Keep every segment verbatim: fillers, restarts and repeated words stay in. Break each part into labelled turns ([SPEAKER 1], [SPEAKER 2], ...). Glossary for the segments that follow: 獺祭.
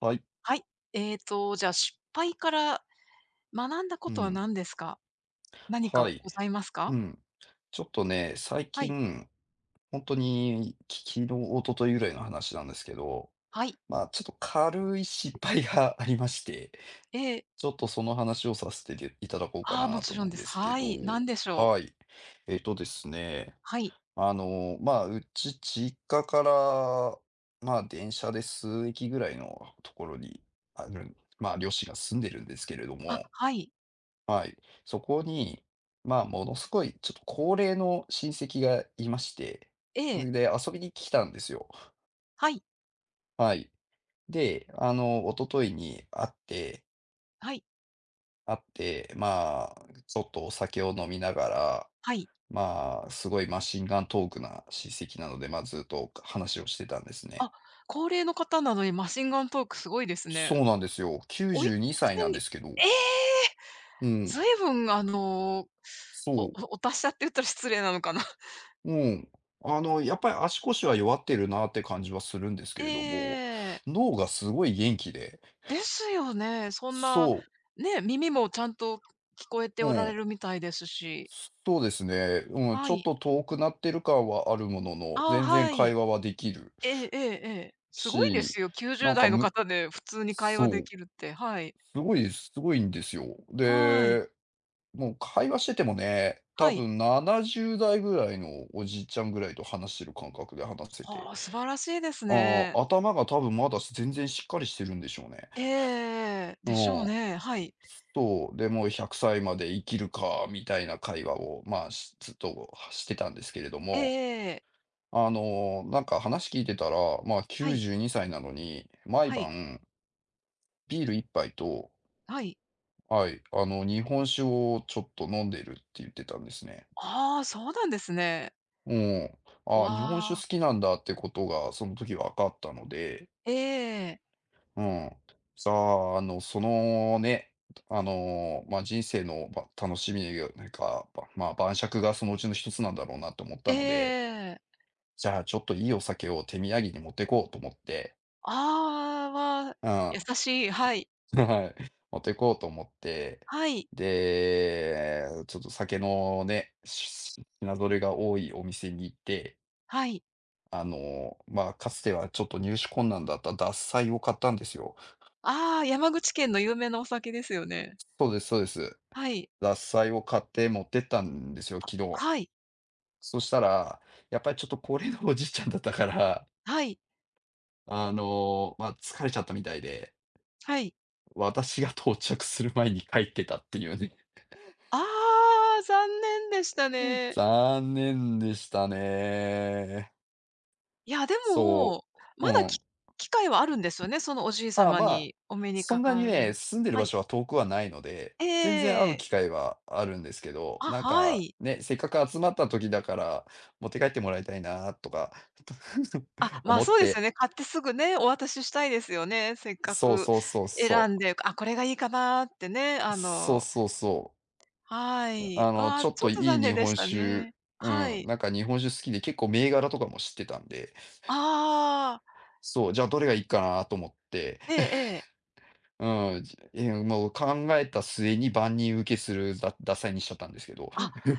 [SPEAKER 1] はい。
[SPEAKER 2] はい。えーと、じゃあ、失敗から学んだ
[SPEAKER 1] う
[SPEAKER 2] ことは
[SPEAKER 1] ん。
[SPEAKER 2] 何ですか？何か
[SPEAKER 1] はい。
[SPEAKER 2] ございますか？
[SPEAKER 1] うん。ちょっとね、最
[SPEAKER 2] はい。
[SPEAKER 1] 近、本当に、昨日、一昨日ぐらいの話なんですけど、
[SPEAKER 2] はい。
[SPEAKER 1] まあ、ちょっと軽い失敗が ありまして、
[SPEAKER 2] ええ。
[SPEAKER 1] ちょっとその話をさせていただこうか
[SPEAKER 2] ああ、も
[SPEAKER 1] なと
[SPEAKER 2] ちろ
[SPEAKER 1] 思う
[SPEAKER 2] ん
[SPEAKER 1] ん
[SPEAKER 2] で
[SPEAKER 1] で
[SPEAKER 2] す。
[SPEAKER 1] すけ
[SPEAKER 2] は
[SPEAKER 1] ど、
[SPEAKER 2] い。何でしょう？
[SPEAKER 1] はい。えっとですね、
[SPEAKER 2] はい。
[SPEAKER 1] あの、まあ、うち実家から、まあ、電車で数駅ぐらいのところに、あのまあ、両親が住んでるんですけれど
[SPEAKER 2] あ、
[SPEAKER 1] も。
[SPEAKER 2] はい。
[SPEAKER 1] はい。そこに、まあ、ものすごいちょっと高齢の親戚がいまして、
[SPEAKER 2] ええ。
[SPEAKER 1] で、遊びに来たんですよ。
[SPEAKER 2] はい。
[SPEAKER 1] はい。で、あの、一昨日に会って、
[SPEAKER 2] はい。
[SPEAKER 1] 会って、まあ、ちょっとお酒を飲みながら、
[SPEAKER 2] はい。
[SPEAKER 1] まあ、すごいマシンガントークな親戚なので、まあ、ずっと話をしてたんですね。
[SPEAKER 2] あ、高齢の方なのにマシンガントークすごいですね。
[SPEAKER 1] そうなんですよ。
[SPEAKER 2] おい、
[SPEAKER 1] 92
[SPEAKER 2] ち
[SPEAKER 1] 歳
[SPEAKER 2] な
[SPEAKER 1] なん
[SPEAKER 2] み
[SPEAKER 1] で
[SPEAKER 2] に、
[SPEAKER 1] すけど。
[SPEAKER 2] ええ、ずいぶん！
[SPEAKER 1] うん。
[SPEAKER 2] 随分、あの、
[SPEAKER 1] そ
[SPEAKER 2] おお
[SPEAKER 1] う。
[SPEAKER 2] お達者って言ったら失礼なのかな。
[SPEAKER 1] うん。あの、やっぱり足腰は弱ってるなって感じはするんです けれども、
[SPEAKER 2] ええ。
[SPEAKER 1] 脳がすごい元気で、
[SPEAKER 2] ですよね。そんな、
[SPEAKER 1] そう、
[SPEAKER 2] ね、耳もちゃんと聞こえて
[SPEAKER 1] う
[SPEAKER 2] おら
[SPEAKER 1] ん、
[SPEAKER 2] れるみたいですし。
[SPEAKER 1] そうですね、うん、ち
[SPEAKER 2] は
[SPEAKER 1] ょっ
[SPEAKER 2] い。
[SPEAKER 1] と遠くなってる感はあるものの、
[SPEAKER 2] ああ、
[SPEAKER 1] 全然
[SPEAKER 2] は
[SPEAKER 1] 会
[SPEAKER 2] い。
[SPEAKER 1] 話はできる
[SPEAKER 2] ええええええ。すごいで
[SPEAKER 1] し、
[SPEAKER 2] すよ、
[SPEAKER 1] な
[SPEAKER 2] きゅうじゅう
[SPEAKER 1] んか
[SPEAKER 2] 代の
[SPEAKER 1] む
[SPEAKER 2] 方で普通に会
[SPEAKER 1] そ
[SPEAKER 2] 話で
[SPEAKER 1] う、
[SPEAKER 2] きるって。はい。
[SPEAKER 1] すごいすごいんですよ。
[SPEAKER 2] はい。
[SPEAKER 1] で、もう会話しててもね、多
[SPEAKER 2] はい。
[SPEAKER 1] 分ななじゅうだい代ぐらいのおじいちゃんぐらいと話してる感覚で話せ
[SPEAKER 2] は
[SPEAKER 1] て、
[SPEAKER 2] あ、素晴らしいです
[SPEAKER 1] ああ、
[SPEAKER 2] ね。
[SPEAKER 1] 頭が多分まだ全然しっかりしてるんでしょうね。
[SPEAKER 2] ええええええ。
[SPEAKER 1] う
[SPEAKER 2] でしょう
[SPEAKER 1] ん。
[SPEAKER 2] ね。はい。
[SPEAKER 1] そう、で、もうひゃくさいまで生きるかみたいな会話を、まあ、しずっとしてたんですけれど
[SPEAKER 2] えええ
[SPEAKER 1] も、
[SPEAKER 2] えええ。
[SPEAKER 1] あの、なんか話聞いてたら、まあ、
[SPEAKER 2] はい。
[SPEAKER 1] きゅうじゅうにさいなのに、毎
[SPEAKER 2] はい。
[SPEAKER 1] 晩ビール一杯と、
[SPEAKER 2] はい。
[SPEAKER 1] はい、あの、日本酒をちょっと飲んでるって言ってたんですね。
[SPEAKER 2] ああ、そうなんですね。
[SPEAKER 1] うん。あ
[SPEAKER 2] わ
[SPEAKER 1] あ、日本酒
[SPEAKER 2] あ。
[SPEAKER 1] 好きなんだってことが、その時分かったので、
[SPEAKER 2] ええ。
[SPEAKER 1] うん。さあ、あの、そのね、あの、まあ、人生の、まあ楽しみがなんか、晩酌がそのうちの一つなんだろうなと思っ
[SPEAKER 2] え
[SPEAKER 1] た
[SPEAKER 2] ええ
[SPEAKER 1] ので、
[SPEAKER 2] えええ。
[SPEAKER 1] じゃあ、ちょっといいお酒を手土産に持ってこうと思って、
[SPEAKER 2] ああ、わ、
[SPEAKER 1] うん、
[SPEAKER 2] 優しい。はい。
[SPEAKER 1] はい、持ってこうと思って、
[SPEAKER 2] はい。
[SPEAKER 1] で、ちょっと酒のね、し品揃えが多いお店に行って、
[SPEAKER 2] はい。
[SPEAKER 1] あの、まあ、かつてはちょっと入手困難だった獺祭を買ったんですよ。
[SPEAKER 2] ああ、山口県の有名なお酒ですよね。
[SPEAKER 1] そうですそうです。
[SPEAKER 2] はい。
[SPEAKER 1] 獺祭を買って持ってったんですよ、昨日。
[SPEAKER 2] はい。
[SPEAKER 1] そしたら、やっぱりちょっと高齢のおじいちゃんだったから、
[SPEAKER 2] はい。
[SPEAKER 1] あの、まあ、疲れちゃったみたいで、
[SPEAKER 2] はい。
[SPEAKER 1] 私が到着する前に帰ってたっていうね。
[SPEAKER 2] ああ、残念でしたね。
[SPEAKER 1] 残念でしたね。
[SPEAKER 2] いや、で
[SPEAKER 1] そ
[SPEAKER 2] も、
[SPEAKER 1] う。う
[SPEAKER 2] まだき
[SPEAKER 1] ん。
[SPEAKER 2] 機会はあるんですよね、そのおじい
[SPEAKER 1] あ、
[SPEAKER 2] 様
[SPEAKER 1] まあ、
[SPEAKER 2] にお目に
[SPEAKER 1] そ
[SPEAKER 2] か
[SPEAKER 1] んな
[SPEAKER 2] か
[SPEAKER 1] にね、
[SPEAKER 2] る。
[SPEAKER 1] 住んでる
[SPEAKER 2] は
[SPEAKER 1] 場
[SPEAKER 2] い。
[SPEAKER 1] 所は遠くはないので、全然会う
[SPEAKER 2] ええ、
[SPEAKER 1] 機会はあるんですけど、
[SPEAKER 2] あ、
[SPEAKER 1] なん
[SPEAKER 2] は
[SPEAKER 1] か、
[SPEAKER 2] い。
[SPEAKER 1] ね、せっかく集まった時だから、持って帰ってもらいたいなとか
[SPEAKER 2] あ、ま
[SPEAKER 1] 思
[SPEAKER 2] あ、
[SPEAKER 1] っ
[SPEAKER 2] そうですよ
[SPEAKER 1] て。
[SPEAKER 2] ね。買ってすぐね、お渡ししたいですよね。せっか
[SPEAKER 1] そう
[SPEAKER 2] く
[SPEAKER 1] そうそう
[SPEAKER 2] 選
[SPEAKER 1] そ
[SPEAKER 2] ん
[SPEAKER 1] う。
[SPEAKER 2] で、あ、これがいいかなってね、あ
[SPEAKER 1] そう
[SPEAKER 2] の、
[SPEAKER 1] そうそ
[SPEAKER 2] は
[SPEAKER 1] う。あ
[SPEAKER 2] い。
[SPEAKER 1] の、
[SPEAKER 2] あ
[SPEAKER 1] ち
[SPEAKER 2] あ、
[SPEAKER 1] ょっ
[SPEAKER 2] ちょ
[SPEAKER 1] と
[SPEAKER 2] っと
[SPEAKER 1] いい
[SPEAKER 2] 残
[SPEAKER 1] 日
[SPEAKER 2] 念でし
[SPEAKER 1] 本
[SPEAKER 2] た
[SPEAKER 1] 酒、
[SPEAKER 2] ね。
[SPEAKER 1] う
[SPEAKER 2] は
[SPEAKER 1] ん、
[SPEAKER 2] い。
[SPEAKER 1] なんか日本酒好きで、結構銘柄とかも知ってたんで、
[SPEAKER 2] ああ。
[SPEAKER 1] そう、じゃあどれがいいかなと思って、
[SPEAKER 2] ええええ。
[SPEAKER 1] うん、じえもう考えた末に万人受けするだダサいにしちゃったんですけど。
[SPEAKER 2] あ、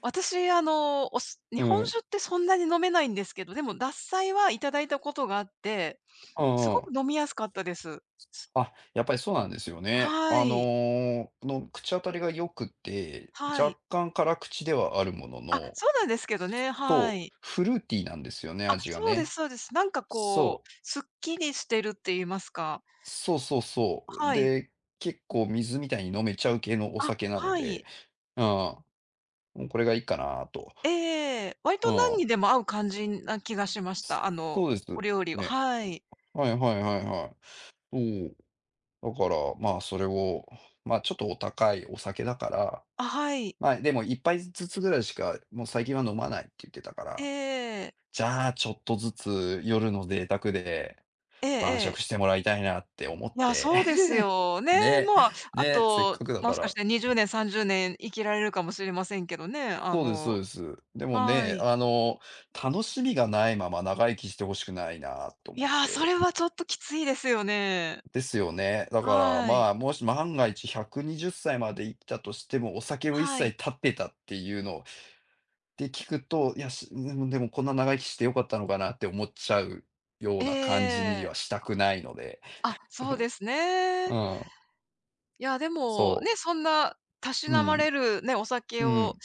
[SPEAKER 2] 私、あの、おす日
[SPEAKER 1] う
[SPEAKER 2] 本
[SPEAKER 1] ん。
[SPEAKER 2] 酒ってそんなに飲めないんですけど、でも獺祭はいただいたことがあって、
[SPEAKER 1] う
[SPEAKER 2] す
[SPEAKER 1] ん
[SPEAKER 2] ご
[SPEAKER 1] うん。
[SPEAKER 2] く飲みやすかったです。す、
[SPEAKER 1] あ、やっぱりそうなんですよね。
[SPEAKER 2] は
[SPEAKER 1] あ
[SPEAKER 2] い。
[SPEAKER 1] の、の、口当たりが良くて、
[SPEAKER 2] は
[SPEAKER 1] 若
[SPEAKER 2] い。
[SPEAKER 1] 干辛口ではあるもの
[SPEAKER 2] あ、
[SPEAKER 1] の、
[SPEAKER 2] そうなんですけどね、は
[SPEAKER 1] そう、
[SPEAKER 2] い。
[SPEAKER 1] フルーティーなんですよね、
[SPEAKER 2] あ、
[SPEAKER 1] 味が
[SPEAKER 2] そうで
[SPEAKER 1] ね。
[SPEAKER 2] すそうです。なんかこ
[SPEAKER 1] そ
[SPEAKER 2] う、
[SPEAKER 1] う。
[SPEAKER 2] すっきりしてるって言いますか。
[SPEAKER 1] そうそうそう。
[SPEAKER 2] はい。
[SPEAKER 1] で、結構水みたいに飲めちゃう系のお
[SPEAKER 2] あ、
[SPEAKER 1] 酒なの
[SPEAKER 2] は
[SPEAKER 1] で、
[SPEAKER 2] い。
[SPEAKER 1] うん、もうこれがいいかなと。
[SPEAKER 2] ええ、割
[SPEAKER 1] う
[SPEAKER 2] と何
[SPEAKER 1] ん。
[SPEAKER 2] にでも合う感じな気がしました。あの、
[SPEAKER 1] そうです。
[SPEAKER 2] お料理は、
[SPEAKER 1] ね。
[SPEAKER 2] はい。
[SPEAKER 1] はいはいはいはい。そう。だから、まあそれを、まあちょっとお高いお酒だから、
[SPEAKER 2] あ、はい。
[SPEAKER 1] まあでも一杯ずつぐらいしか、もう最近は飲まないって言ってたか
[SPEAKER 2] え
[SPEAKER 1] ら、
[SPEAKER 2] え。
[SPEAKER 1] じゃあちょっとずつ夜の贅沢で
[SPEAKER 2] ええ
[SPEAKER 1] 晩
[SPEAKER 2] ええ。
[SPEAKER 1] 酌してもらいたいなって思っ
[SPEAKER 2] いや、
[SPEAKER 1] て。
[SPEAKER 2] そうですよ。ね、
[SPEAKER 1] ね、
[SPEAKER 2] まあ、あ
[SPEAKER 1] ね、せっ
[SPEAKER 2] と、
[SPEAKER 1] かくだ
[SPEAKER 2] も
[SPEAKER 1] か
[SPEAKER 2] しかし
[SPEAKER 1] ら。
[SPEAKER 2] てにじゅうねん、さんじゅうねん生きられるかもしれませんけどね、あ
[SPEAKER 1] そうですそう
[SPEAKER 2] の、
[SPEAKER 1] です。でも
[SPEAKER 2] は
[SPEAKER 1] ね、
[SPEAKER 2] い。
[SPEAKER 1] あの、楽しみがないまま長生きしてほしくないなと
[SPEAKER 2] い
[SPEAKER 1] 思っ
[SPEAKER 2] や、それ
[SPEAKER 1] て。
[SPEAKER 2] はちょっときついですよね。
[SPEAKER 1] ですよね。だから、
[SPEAKER 2] は
[SPEAKER 1] ま
[SPEAKER 2] い。
[SPEAKER 1] あ、もし万が一ひゃくにじゅっさいまで生きたとしても、お酒を一
[SPEAKER 2] はい。
[SPEAKER 1] 切断ってたっていうので聞くと、いや、しでもでもこんな長生きして良かったのかなって思っちゃうよう
[SPEAKER 2] え
[SPEAKER 1] な感じに
[SPEAKER 2] え。
[SPEAKER 1] はしたくないので。
[SPEAKER 2] あ、そう ですね。
[SPEAKER 1] うん、
[SPEAKER 2] いや、でも、ね、
[SPEAKER 1] そう。
[SPEAKER 2] そんなたし
[SPEAKER 1] う
[SPEAKER 2] なまれ
[SPEAKER 1] ん、
[SPEAKER 2] るね、お酒
[SPEAKER 1] う
[SPEAKER 2] を
[SPEAKER 1] ん。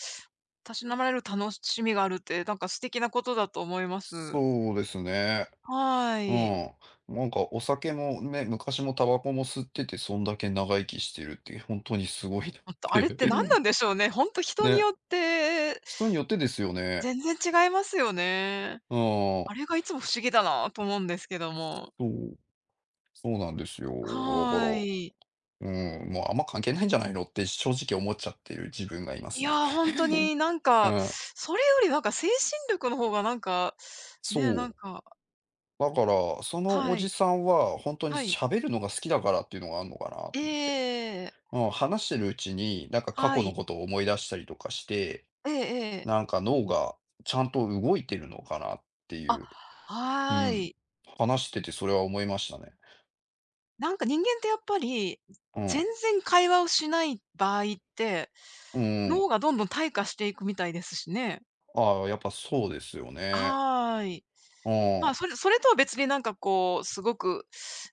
[SPEAKER 2] たしなまれる楽しみがあるって、なんか素敵なことだと思います。
[SPEAKER 1] そうですね。
[SPEAKER 2] は
[SPEAKER 1] う
[SPEAKER 2] い。
[SPEAKER 1] ん。なんかお酒もね、昔もタバコも吸ってて、そんだけ長生きしてるって、本当にすごいなっ
[SPEAKER 2] ほんと、あれっ
[SPEAKER 1] て。
[SPEAKER 2] て何なん でしょうね。ほんと人に
[SPEAKER 1] ね、
[SPEAKER 2] よって
[SPEAKER 1] 人によってですよね。
[SPEAKER 2] 全然違いますよね。
[SPEAKER 1] うん。
[SPEAKER 2] あれがいつも不思議だなと思うんですけども。
[SPEAKER 1] そう、そうなんですよ。だから、
[SPEAKER 2] はーい。
[SPEAKER 1] うん、もうあんま関係ないんじゃないのって正直思っちゃってる自分がいま
[SPEAKER 2] い
[SPEAKER 1] す
[SPEAKER 2] や
[SPEAKER 1] ね。
[SPEAKER 2] ー、本当になん
[SPEAKER 1] う
[SPEAKER 2] か、
[SPEAKER 1] ん。
[SPEAKER 2] それよりなんか精神力の方がなんか、
[SPEAKER 1] そ
[SPEAKER 2] ね、なん
[SPEAKER 1] う。
[SPEAKER 2] か、
[SPEAKER 1] だから、そのお
[SPEAKER 2] は
[SPEAKER 1] じ
[SPEAKER 2] い、
[SPEAKER 1] さんは本当に
[SPEAKER 2] はい。
[SPEAKER 1] 喋るのが好きだからっていうのがあるのかなと思って。
[SPEAKER 2] ええ、
[SPEAKER 1] うん、話してるうちに、なんか過
[SPEAKER 2] は
[SPEAKER 1] 去の
[SPEAKER 2] い。
[SPEAKER 1] ことを思い出したりとかして、
[SPEAKER 2] ええええ。
[SPEAKER 1] なんか脳がちゃんと動いてるのかなってい
[SPEAKER 2] あ、
[SPEAKER 1] う、う
[SPEAKER 2] はー
[SPEAKER 1] ん、
[SPEAKER 2] い。
[SPEAKER 1] 話しててそれは思いましたね。
[SPEAKER 2] なんか人間ってやっぱり、
[SPEAKER 1] う
[SPEAKER 2] 全
[SPEAKER 1] ん。
[SPEAKER 2] 然会話をしない場合って、
[SPEAKER 1] うん。
[SPEAKER 2] 脳がどんどん退化していくみたいですしね。
[SPEAKER 1] ああ、やっぱそうですよね。
[SPEAKER 2] はーい。
[SPEAKER 1] う
[SPEAKER 2] まあ、
[SPEAKER 1] ん。
[SPEAKER 2] それそれとは別になんかこう、すごく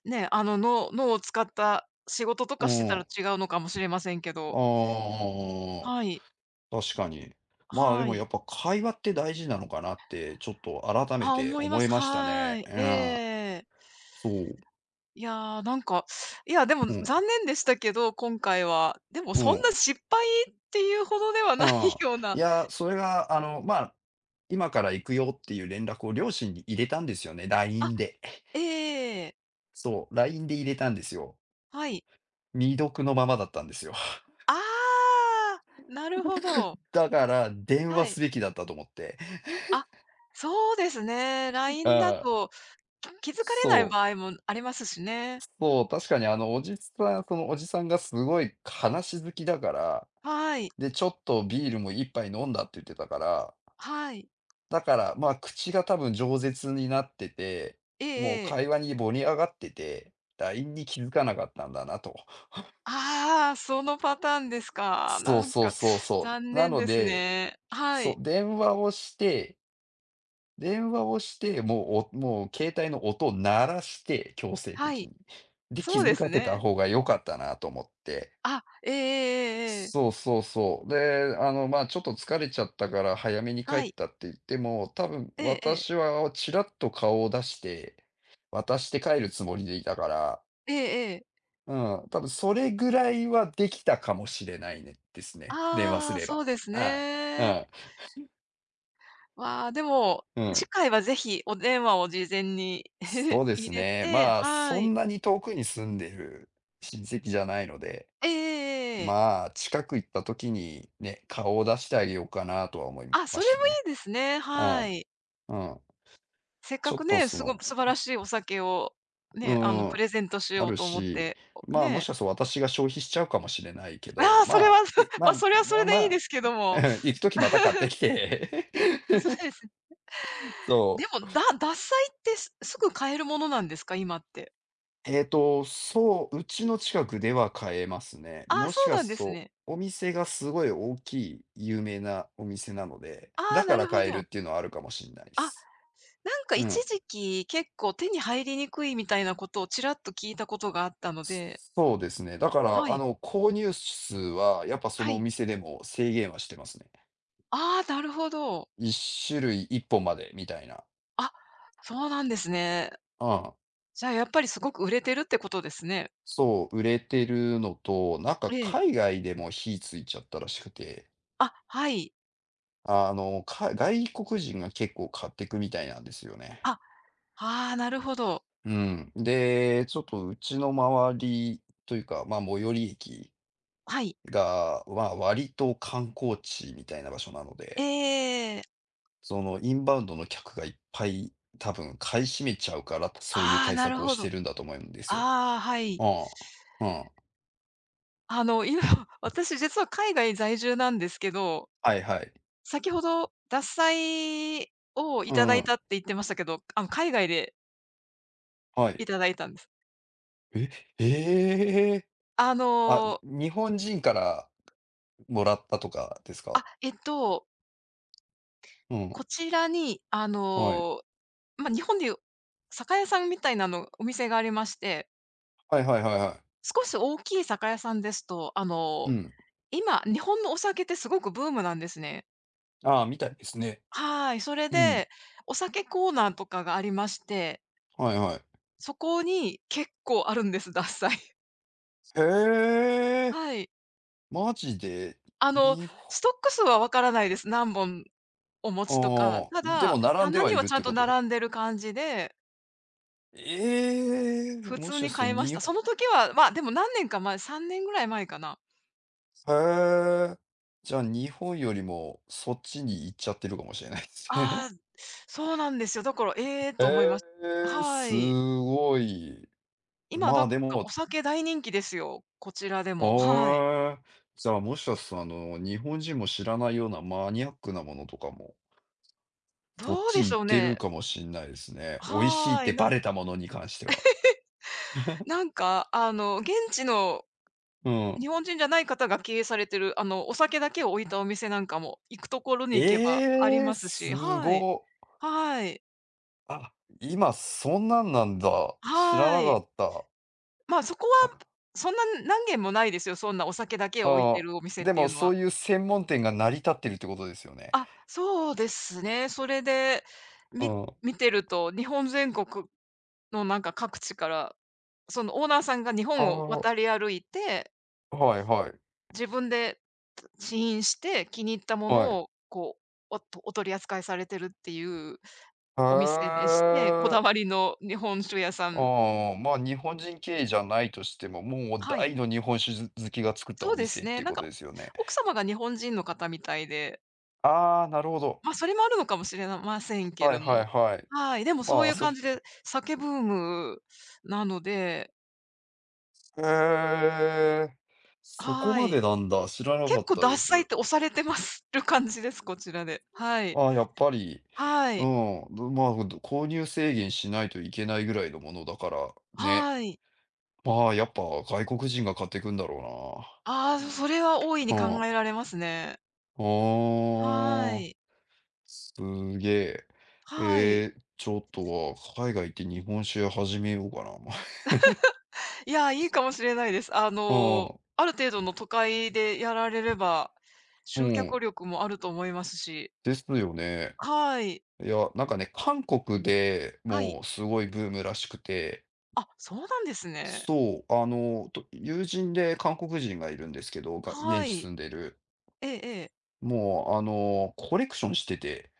[SPEAKER 2] ね、あの、脳脳を使った仕事と
[SPEAKER 1] う
[SPEAKER 2] かしてたら
[SPEAKER 1] ん。
[SPEAKER 2] 違うのかもしれませんけど。
[SPEAKER 1] あ
[SPEAKER 2] はい。
[SPEAKER 1] あ、確かに。まあ、で
[SPEAKER 2] は
[SPEAKER 1] もや
[SPEAKER 2] い。
[SPEAKER 1] っぱ会話って大事なのかなって、ちょっと改め
[SPEAKER 2] あ、
[SPEAKER 1] て
[SPEAKER 2] 思いま
[SPEAKER 1] 思い
[SPEAKER 2] す。
[SPEAKER 1] ました
[SPEAKER 2] は
[SPEAKER 1] ね。
[SPEAKER 2] い。
[SPEAKER 1] う
[SPEAKER 2] え
[SPEAKER 1] ん。
[SPEAKER 2] え。
[SPEAKER 1] そう。
[SPEAKER 2] いや、なんか、いや、でも
[SPEAKER 1] うん。
[SPEAKER 2] 残念でしたけど、今回は。でも
[SPEAKER 1] う
[SPEAKER 2] そん
[SPEAKER 1] ん。
[SPEAKER 2] な失敗っていうほどでは
[SPEAKER 1] う
[SPEAKER 2] ない
[SPEAKER 1] ん。
[SPEAKER 2] よう
[SPEAKER 1] い
[SPEAKER 2] な。
[SPEAKER 1] や、それがあの、まあ、今から行くよっていう連絡を両親に入れたんですよね、
[SPEAKER 2] あ、
[SPEAKER 1] ライン で。
[SPEAKER 2] ええ。
[SPEAKER 1] そう、ライン で入れたんですよ。
[SPEAKER 2] はい。
[SPEAKER 1] 未読のままだったんですよ。
[SPEAKER 2] ああ、なるほど。
[SPEAKER 1] だから、電話
[SPEAKER 2] は
[SPEAKER 1] す
[SPEAKER 2] い。
[SPEAKER 1] べきだったと思って。
[SPEAKER 2] あ、そうですね。ライン だ
[SPEAKER 1] ああ、
[SPEAKER 2] と、き気づかれない
[SPEAKER 1] そう、
[SPEAKER 2] 場合もありますしね。
[SPEAKER 1] そう、確かにあのおじさんそのおじさんがすごい話好きだから、
[SPEAKER 2] はい。
[SPEAKER 1] で、ちょっとビールも一杯飲んだって言ってたから、
[SPEAKER 2] はい。
[SPEAKER 1] だから、まあ、口が多分饒舌になってて、
[SPEAKER 2] え
[SPEAKER 1] もう
[SPEAKER 2] えええ。
[SPEAKER 1] 会話に盛り上がってて、ライン に気づかなかったんだなと。
[SPEAKER 2] ああ、そのパターンですか。
[SPEAKER 1] そ
[SPEAKER 2] な
[SPEAKER 1] う
[SPEAKER 2] ん
[SPEAKER 1] そう
[SPEAKER 2] か
[SPEAKER 1] そうそ
[SPEAKER 2] 残
[SPEAKER 1] う。な
[SPEAKER 2] 念
[SPEAKER 1] の
[SPEAKER 2] です
[SPEAKER 1] で、
[SPEAKER 2] ね。は
[SPEAKER 1] そ
[SPEAKER 2] い。
[SPEAKER 1] う、電話をして電話をして、もう、おもう携帯の音を鳴らして、強制
[SPEAKER 2] は
[SPEAKER 1] 的
[SPEAKER 2] い。
[SPEAKER 1] に。で、気
[SPEAKER 2] そう
[SPEAKER 1] づ
[SPEAKER 2] で
[SPEAKER 1] か
[SPEAKER 2] す
[SPEAKER 1] せた
[SPEAKER 2] ね。
[SPEAKER 1] 方が良かったなと思って。
[SPEAKER 2] あ、ええええええ、
[SPEAKER 1] そうそうそう。で、あの、まあ、ちょっと疲れちゃったから早めに帰
[SPEAKER 2] は
[SPEAKER 1] っ
[SPEAKER 2] い。
[SPEAKER 1] たって言っても、多分
[SPEAKER 2] ええええ。
[SPEAKER 1] 私はちらっと顔を出して、渡して帰るつもりでいたから、
[SPEAKER 2] ええええ。
[SPEAKER 1] うん、多分それぐらいはできたかもしれないね、ですね。電話す
[SPEAKER 2] ああ、
[SPEAKER 1] れ
[SPEAKER 2] そ
[SPEAKER 1] ば。
[SPEAKER 2] うです
[SPEAKER 1] ああ、
[SPEAKER 2] ね。
[SPEAKER 1] あ
[SPEAKER 2] わあ、でも、
[SPEAKER 1] あう
[SPEAKER 2] 次
[SPEAKER 1] ん。
[SPEAKER 2] 回はぜひお電話を事前に
[SPEAKER 1] そ うで
[SPEAKER 2] 入
[SPEAKER 1] す
[SPEAKER 2] れ
[SPEAKER 1] ね。
[SPEAKER 2] て、
[SPEAKER 1] まあ、そ
[SPEAKER 2] は
[SPEAKER 1] ん
[SPEAKER 2] い。
[SPEAKER 1] なに遠くに住んでる親戚じゃないので、
[SPEAKER 2] ええええええ。
[SPEAKER 1] まあ、近く行った時にね、顔を出してあげようかなとは思い
[SPEAKER 2] あ、そ
[SPEAKER 1] ま
[SPEAKER 2] れもい
[SPEAKER 1] したね。
[SPEAKER 2] いですね。
[SPEAKER 1] う
[SPEAKER 2] は
[SPEAKER 1] ん、
[SPEAKER 2] い。
[SPEAKER 1] うん。
[SPEAKER 2] せっ
[SPEAKER 1] ち
[SPEAKER 2] か
[SPEAKER 1] ょっ
[SPEAKER 2] く
[SPEAKER 1] と
[SPEAKER 2] ね、
[SPEAKER 1] そ
[SPEAKER 2] すご
[SPEAKER 1] の、
[SPEAKER 2] 素晴らしいお酒を、
[SPEAKER 1] う
[SPEAKER 2] ね、あの、
[SPEAKER 1] んう
[SPEAKER 2] プ
[SPEAKER 1] ん、
[SPEAKER 2] レゼントし
[SPEAKER 1] あ
[SPEAKER 2] よう
[SPEAKER 1] る
[SPEAKER 2] と思っ
[SPEAKER 1] し、
[SPEAKER 2] て、お
[SPEAKER 1] まあ、も
[SPEAKER 2] ね。
[SPEAKER 1] し かすると私が消費しちゃうかもしれないけ
[SPEAKER 2] あ
[SPEAKER 1] ど、
[SPEAKER 2] あ、
[SPEAKER 1] ま
[SPEAKER 2] それ
[SPEAKER 1] あ、
[SPEAKER 2] は
[SPEAKER 1] い まあ、
[SPEAKER 2] ま、それはそ
[SPEAKER 1] まあ、
[SPEAKER 2] れ
[SPEAKER 1] ま
[SPEAKER 2] でいいで
[SPEAKER 1] あ
[SPEAKER 2] すけども。
[SPEAKER 1] 行く時また買っ てきて
[SPEAKER 2] あ、そう ですね。で
[SPEAKER 1] そう。
[SPEAKER 2] も、だ獺祭ってすすぐ買えるものなんですか？今って。
[SPEAKER 1] えっと、そう、うちの近くでは買えますね。
[SPEAKER 2] ああ、
[SPEAKER 1] も
[SPEAKER 2] そ
[SPEAKER 1] し
[SPEAKER 2] う
[SPEAKER 1] か
[SPEAKER 2] なん
[SPEAKER 1] す
[SPEAKER 2] で
[SPEAKER 1] る
[SPEAKER 2] す
[SPEAKER 1] と、
[SPEAKER 2] ね。
[SPEAKER 1] お店がすごい大きい有名なお店なので、
[SPEAKER 2] あ
[SPEAKER 1] だ
[SPEAKER 2] あ、
[SPEAKER 1] か
[SPEAKER 2] な
[SPEAKER 1] ら
[SPEAKER 2] るほ
[SPEAKER 1] 買えるっ
[SPEAKER 2] ど。
[SPEAKER 1] ていうのはあるかもしんないで
[SPEAKER 2] あ、なん
[SPEAKER 1] す。
[SPEAKER 2] か
[SPEAKER 1] う
[SPEAKER 2] 一
[SPEAKER 1] ん。
[SPEAKER 2] 時期、結構手に入りにくいみたいなことをちらっと聞いたことがあったので。
[SPEAKER 1] そうですね。だから、
[SPEAKER 2] は
[SPEAKER 1] あ
[SPEAKER 2] い、
[SPEAKER 1] の、購入数はやっぱそ
[SPEAKER 2] は
[SPEAKER 1] のお
[SPEAKER 2] い。
[SPEAKER 1] 店でも制限はしてますね。
[SPEAKER 2] ああ、なるほど。
[SPEAKER 1] いっしゅるい種類いっぽんまでみたいな。
[SPEAKER 2] あ、そうなんですね。
[SPEAKER 1] うん。
[SPEAKER 2] じゃあ、やっぱりすごく売れてるってことですね。
[SPEAKER 1] そう、売れてるのと、なんか
[SPEAKER 2] ええ。
[SPEAKER 1] 海外でも火ついちゃったらしくて、
[SPEAKER 2] あ、はい。
[SPEAKER 1] あの、か外国人が結構買ってくみたいなんですよね。
[SPEAKER 2] あ、ああ、なるほど。
[SPEAKER 1] うん。で、ちょっとうちの周りというか、まあ、最寄り駅
[SPEAKER 2] はい。
[SPEAKER 1] が、まあ、割と観光地みたいな場所なの
[SPEAKER 2] え
[SPEAKER 1] で、
[SPEAKER 2] え。
[SPEAKER 1] そのインバウンドの客がいっぱい多分買い占めちゃうから、そういう
[SPEAKER 2] ああ、
[SPEAKER 1] 対
[SPEAKER 2] な
[SPEAKER 1] 策
[SPEAKER 2] る
[SPEAKER 1] を
[SPEAKER 2] ほ
[SPEAKER 1] して
[SPEAKER 2] ど。
[SPEAKER 1] るんだと思うんですよ。
[SPEAKER 2] ああ、はい。
[SPEAKER 1] ああ、うん。
[SPEAKER 2] あの、今、私実は海外在住なんですけど、
[SPEAKER 1] はいはい。
[SPEAKER 2] 先ほど獺祭をい
[SPEAKER 1] う
[SPEAKER 2] ただい
[SPEAKER 1] ん、
[SPEAKER 2] たって言ってましたけど、あの、海外で
[SPEAKER 1] は
[SPEAKER 2] い
[SPEAKER 1] い。
[SPEAKER 2] ただいたんです。
[SPEAKER 1] え、ええ
[SPEAKER 2] あ
[SPEAKER 1] あ、
[SPEAKER 2] の、
[SPEAKER 1] 日本人からもらったとかですか？
[SPEAKER 2] あ、えっと、
[SPEAKER 1] うん、
[SPEAKER 2] こちらに、あ
[SPEAKER 1] はい。
[SPEAKER 2] の、ま、日本でいう酒屋さんみたいなのお店がありまして、
[SPEAKER 1] はいはいはいはい。
[SPEAKER 2] 少し大きい酒屋さんですと、あ
[SPEAKER 1] う
[SPEAKER 2] の、
[SPEAKER 1] ん。
[SPEAKER 2] 今、日本のお酒ってすごくブームなんですね。
[SPEAKER 1] ああ、みたいですね。
[SPEAKER 2] はい、それ
[SPEAKER 1] うん。
[SPEAKER 2] で、お酒コーナーとかがありまして、
[SPEAKER 1] はいはい。
[SPEAKER 2] そこに結構あるんです、獺祭。
[SPEAKER 1] へえ、
[SPEAKER 2] はい。
[SPEAKER 1] マジで、
[SPEAKER 2] あの、
[SPEAKER 1] 日本
[SPEAKER 2] ストック数はわからないです。何本お持ちとか。
[SPEAKER 1] ああ、
[SPEAKER 2] た
[SPEAKER 1] でも
[SPEAKER 2] だ、
[SPEAKER 1] 並んで
[SPEAKER 2] 棚
[SPEAKER 1] は
[SPEAKER 2] に
[SPEAKER 1] い
[SPEAKER 2] は
[SPEAKER 1] るっ
[SPEAKER 2] ちゃ
[SPEAKER 1] て
[SPEAKER 2] んと
[SPEAKER 1] こと？
[SPEAKER 2] 並んでる感じで、
[SPEAKER 1] ええ、
[SPEAKER 2] 普
[SPEAKER 1] も
[SPEAKER 2] 通
[SPEAKER 1] しか
[SPEAKER 2] に
[SPEAKER 1] する
[SPEAKER 2] 買い
[SPEAKER 1] と
[SPEAKER 2] まし
[SPEAKER 1] 日
[SPEAKER 2] た。そ
[SPEAKER 1] 本
[SPEAKER 2] の時は、まあ、でも何年か前、さんねんぐらい前かな。
[SPEAKER 1] へえ、じゃあ日本よりもそっちに行っちゃってるかもしれないですね。
[SPEAKER 2] ああ、そうなんですよ。だから、ええ と思いました、
[SPEAKER 1] へえ、
[SPEAKER 2] は
[SPEAKER 1] す
[SPEAKER 2] い。
[SPEAKER 1] ごい。
[SPEAKER 2] 今
[SPEAKER 1] ま
[SPEAKER 2] な
[SPEAKER 1] あ、
[SPEAKER 2] んか
[SPEAKER 1] でも、
[SPEAKER 2] お酒大人気ですよ、こちらでも。はい。
[SPEAKER 1] ああ、じゃあもしかするとあの、日本人も知らないようなマニアックなものとかも、そっ
[SPEAKER 2] どうで
[SPEAKER 1] ち
[SPEAKER 2] し
[SPEAKER 1] 行っ
[SPEAKER 2] ょう
[SPEAKER 1] てる
[SPEAKER 2] ね。
[SPEAKER 1] かもしんないですね。美味しいっ
[SPEAKER 2] は
[SPEAKER 1] て
[SPEAKER 2] い、な
[SPEAKER 1] バ
[SPEAKER 2] ん、
[SPEAKER 1] レたものに関しては。
[SPEAKER 2] なんかあの、現地の
[SPEAKER 1] うん。
[SPEAKER 2] 日本人じゃない方が経営されてる、あの、お酒だけを置いたお店なんかも、行くところに行けばあり
[SPEAKER 1] ええ、
[SPEAKER 2] ます
[SPEAKER 1] す
[SPEAKER 2] し、はい。
[SPEAKER 1] ご。
[SPEAKER 2] はい。
[SPEAKER 1] あ、今そんなんなんだ。知ら
[SPEAKER 2] は
[SPEAKER 1] なか
[SPEAKER 2] い。
[SPEAKER 1] った。
[SPEAKER 2] まあ、そこはそんな何軒もないですよ、そんなお酒だけを置い
[SPEAKER 1] あ
[SPEAKER 2] て
[SPEAKER 1] あ、
[SPEAKER 2] るお店っ
[SPEAKER 1] で
[SPEAKER 2] てい
[SPEAKER 1] も
[SPEAKER 2] うの
[SPEAKER 1] そ
[SPEAKER 2] は。
[SPEAKER 1] ういう専門店が成り立ってるってことですよね。
[SPEAKER 2] あ、そうですね。それで、
[SPEAKER 1] う
[SPEAKER 2] み
[SPEAKER 1] ん。
[SPEAKER 2] 見てると、日本全国のなんか各地からそのオーナーさんが日
[SPEAKER 1] あ
[SPEAKER 2] 本を
[SPEAKER 1] あ、
[SPEAKER 2] 渡り歩いて、
[SPEAKER 1] はいはい。
[SPEAKER 2] 自分で試飲して気に入ったも
[SPEAKER 1] は
[SPEAKER 2] の
[SPEAKER 1] い。
[SPEAKER 2] を、こう、おとお取り扱いされてるっていう
[SPEAKER 1] へ
[SPEAKER 2] お店でして、こだわ
[SPEAKER 1] え。
[SPEAKER 2] りの日本酒屋さん、
[SPEAKER 1] ああ、まあ、日本人経営じゃないとしても、もう
[SPEAKER 2] はい、
[SPEAKER 1] 大の日本酒好きが作ったお
[SPEAKER 2] そうで
[SPEAKER 1] 店
[SPEAKER 2] す
[SPEAKER 1] って
[SPEAKER 2] ね。
[SPEAKER 1] いう
[SPEAKER 2] なん
[SPEAKER 1] こと
[SPEAKER 2] か、
[SPEAKER 1] ですよね。
[SPEAKER 2] 奥様が日本人の方みたいで、
[SPEAKER 1] ああ、なるほど。
[SPEAKER 2] ま、それもあるのかもしれなませんけ
[SPEAKER 1] は
[SPEAKER 2] れ
[SPEAKER 1] い
[SPEAKER 2] ど
[SPEAKER 1] はい
[SPEAKER 2] も。
[SPEAKER 1] はい。
[SPEAKER 2] はい、でもそ
[SPEAKER 1] ま
[SPEAKER 2] うい
[SPEAKER 1] あ、
[SPEAKER 2] う
[SPEAKER 1] それ
[SPEAKER 2] 感じで、酒ブームなので、
[SPEAKER 1] へえ。そこ
[SPEAKER 2] は
[SPEAKER 1] ま
[SPEAKER 2] い。
[SPEAKER 1] でなんだ、知らなか
[SPEAKER 2] 結
[SPEAKER 1] っ
[SPEAKER 2] 構
[SPEAKER 1] た
[SPEAKER 2] 獺
[SPEAKER 1] で
[SPEAKER 2] 祭っ
[SPEAKER 1] す。
[SPEAKER 2] て押されてまする感じです、こちらで。はい。
[SPEAKER 1] ああ、やっぱり、
[SPEAKER 2] は
[SPEAKER 1] う
[SPEAKER 2] い。
[SPEAKER 1] ん、どまあ、ほんと、購入制限しないといけないぐらいのものだから、ね。
[SPEAKER 2] はい。
[SPEAKER 1] まあ、やっぱ外国人が買ってくんだろ
[SPEAKER 2] ああ、それは大い
[SPEAKER 1] う
[SPEAKER 2] に
[SPEAKER 1] な。う
[SPEAKER 2] 考
[SPEAKER 1] ん。
[SPEAKER 2] えられますね。は
[SPEAKER 1] ああ、
[SPEAKER 2] い。
[SPEAKER 1] すげ
[SPEAKER 2] は
[SPEAKER 1] え。
[SPEAKER 2] い。
[SPEAKER 1] えーちょっとは海外行って日本酒始めようかな。
[SPEAKER 2] いや、いいかもしれないです。あ
[SPEAKER 1] う
[SPEAKER 2] の、
[SPEAKER 1] ん、
[SPEAKER 2] ある程度の都会でやられれば、
[SPEAKER 1] う
[SPEAKER 2] 集
[SPEAKER 1] ん、
[SPEAKER 2] 客力もあると思いますし。
[SPEAKER 1] ですよね。
[SPEAKER 2] はい。
[SPEAKER 1] いや、なんかね、韓国で
[SPEAKER 2] はい。
[SPEAKER 1] もうすごいブームらしくて、
[SPEAKER 2] あ、そうなんですね。
[SPEAKER 1] そう、あの、と友人で韓国人がいるんですけど、が現
[SPEAKER 2] は
[SPEAKER 1] 地
[SPEAKER 2] い。
[SPEAKER 1] 住んでる。
[SPEAKER 2] ええええ。
[SPEAKER 1] もう、あの、コレクションしてて、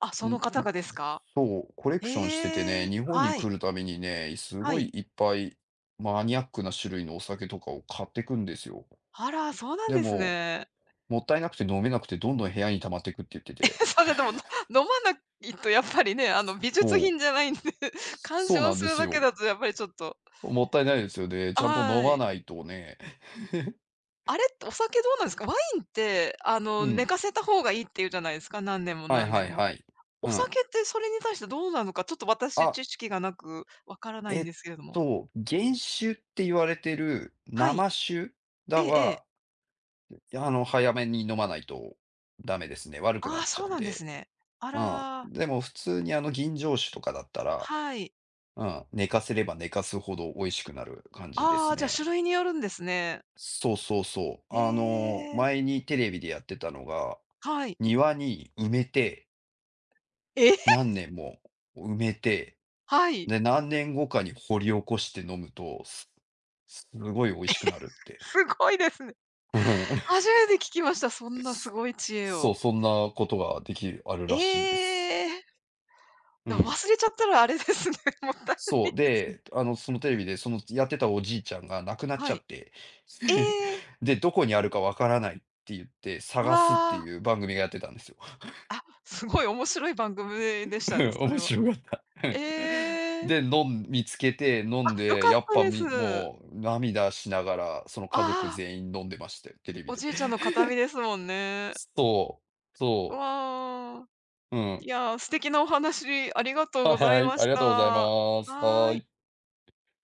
[SPEAKER 2] あ、そ
[SPEAKER 1] ん、ん、
[SPEAKER 2] の方がですか？
[SPEAKER 1] そう、コレクションしてて
[SPEAKER 2] え
[SPEAKER 1] ね、
[SPEAKER 2] え、
[SPEAKER 1] 日本に
[SPEAKER 2] はい、
[SPEAKER 1] 来るたびにね、す
[SPEAKER 2] は
[SPEAKER 1] ごい
[SPEAKER 2] い。
[SPEAKER 1] いっぱいマニアックな種類のお酒とかを買ってくんですよ。
[SPEAKER 2] あら、そうなん
[SPEAKER 1] で
[SPEAKER 2] です
[SPEAKER 1] も、
[SPEAKER 2] ね。
[SPEAKER 1] もったいなくて飲めなくて、どんどん部屋に溜まってくって言ってて、
[SPEAKER 2] それでも、の飲まないとやっぱりね、あの、美術
[SPEAKER 1] そう、
[SPEAKER 2] 品じゃないんで、鑑
[SPEAKER 1] そう
[SPEAKER 2] 賞
[SPEAKER 1] なん
[SPEAKER 2] す
[SPEAKER 1] で
[SPEAKER 2] る
[SPEAKER 1] す
[SPEAKER 2] だけ
[SPEAKER 1] よ。
[SPEAKER 2] だとやっぱりちょっと、
[SPEAKER 1] もったいないですよね。ちゃんと飲
[SPEAKER 2] は
[SPEAKER 1] ま
[SPEAKER 2] い。
[SPEAKER 1] ないとね。
[SPEAKER 2] あれってお酒どうなんですか？ワインって、あ
[SPEAKER 1] う
[SPEAKER 2] の、寝
[SPEAKER 1] ん。
[SPEAKER 2] かせた方がいいって言うじゃないですか、何年も
[SPEAKER 1] はい
[SPEAKER 2] 何
[SPEAKER 1] は
[SPEAKER 2] 年
[SPEAKER 1] い
[SPEAKER 2] も。
[SPEAKER 1] はい。う
[SPEAKER 2] お
[SPEAKER 1] ん。
[SPEAKER 2] 酒ってそれに対してどうなのか、ちょっと私
[SPEAKER 1] あ、
[SPEAKER 2] 知識がなくわからない
[SPEAKER 1] え
[SPEAKER 2] ん
[SPEAKER 1] っ
[SPEAKER 2] ですけれども。
[SPEAKER 1] と、原酒って言われてる
[SPEAKER 2] はい。
[SPEAKER 1] 生酒
[SPEAKER 2] え
[SPEAKER 1] だ
[SPEAKER 2] えええ。
[SPEAKER 1] はいや、あの、早めに飲まないとダメですね。悪くな
[SPEAKER 2] あ
[SPEAKER 1] っ
[SPEAKER 2] あ、
[SPEAKER 1] ちゃ
[SPEAKER 2] そう
[SPEAKER 1] うん
[SPEAKER 2] なんです
[SPEAKER 1] で。
[SPEAKER 2] ね。あ
[SPEAKER 1] うん。
[SPEAKER 2] ら、
[SPEAKER 1] でも普通にあの、吟醸酒とかだったら、
[SPEAKER 2] はい。
[SPEAKER 1] うん、寝かせれば寝かすほど美味しくなる感じで
[SPEAKER 2] あ
[SPEAKER 1] す
[SPEAKER 2] あ、じゃ、
[SPEAKER 1] ね。
[SPEAKER 2] 種類によるんですね。
[SPEAKER 1] そうそうそう。
[SPEAKER 2] へ
[SPEAKER 1] あの、
[SPEAKER 2] え、
[SPEAKER 1] 前にテレビでやってたのが、
[SPEAKER 2] はい。
[SPEAKER 1] 庭に埋めて、
[SPEAKER 2] え、
[SPEAKER 1] 何年も埋めて、
[SPEAKER 2] はい、
[SPEAKER 1] で、何年後かに掘り起こして飲むと、すすごい美味しくなるって。
[SPEAKER 2] すごいですね。
[SPEAKER 1] うん。
[SPEAKER 2] 初めて聞きました、そんなすごい知 恵
[SPEAKER 1] そう、
[SPEAKER 2] を。
[SPEAKER 1] そんなことができるある
[SPEAKER 2] え
[SPEAKER 1] らしいです。
[SPEAKER 2] え、
[SPEAKER 1] う
[SPEAKER 2] でも
[SPEAKER 1] ん。
[SPEAKER 2] 忘れちゃったらあれですね、もったい
[SPEAKER 1] そ
[SPEAKER 2] な
[SPEAKER 1] う、
[SPEAKER 2] い。
[SPEAKER 1] で、あの、そのテレビで、そのやってたおじいちゃんが亡くなっち
[SPEAKER 2] は
[SPEAKER 1] ゃ
[SPEAKER 2] い。
[SPEAKER 1] って、
[SPEAKER 2] え え。
[SPEAKER 1] で、どこにあるかわからないって言って
[SPEAKER 2] う
[SPEAKER 1] 探すって
[SPEAKER 2] わあ、
[SPEAKER 1] いう番組がやってたんですよ。
[SPEAKER 2] すごい面白い番組でしたね、そ
[SPEAKER 1] 面
[SPEAKER 2] れは。
[SPEAKER 1] 白かった。
[SPEAKER 2] ええ。
[SPEAKER 1] で、飲ん見つけて飲
[SPEAKER 2] あ、
[SPEAKER 1] ん
[SPEAKER 2] 良
[SPEAKER 1] で、
[SPEAKER 2] かっ
[SPEAKER 1] やっ
[SPEAKER 2] た
[SPEAKER 1] ぱ
[SPEAKER 2] です。
[SPEAKER 1] みもう涙しながら、その家族
[SPEAKER 2] ああ、
[SPEAKER 1] 全員飲んでましたよ、テレビ
[SPEAKER 2] お
[SPEAKER 1] で。
[SPEAKER 2] じいちゃんの形見ですもんね。
[SPEAKER 1] そう、そ
[SPEAKER 2] わあ。
[SPEAKER 1] う、う
[SPEAKER 2] い
[SPEAKER 1] ん。
[SPEAKER 2] や、素敵なお話ありがとうご
[SPEAKER 1] は
[SPEAKER 2] ざい
[SPEAKER 1] い、
[SPEAKER 2] ま
[SPEAKER 1] あ
[SPEAKER 2] し
[SPEAKER 1] りがとうござい
[SPEAKER 2] た。
[SPEAKER 1] ます。は
[SPEAKER 2] は
[SPEAKER 1] ー
[SPEAKER 2] い。
[SPEAKER 1] い。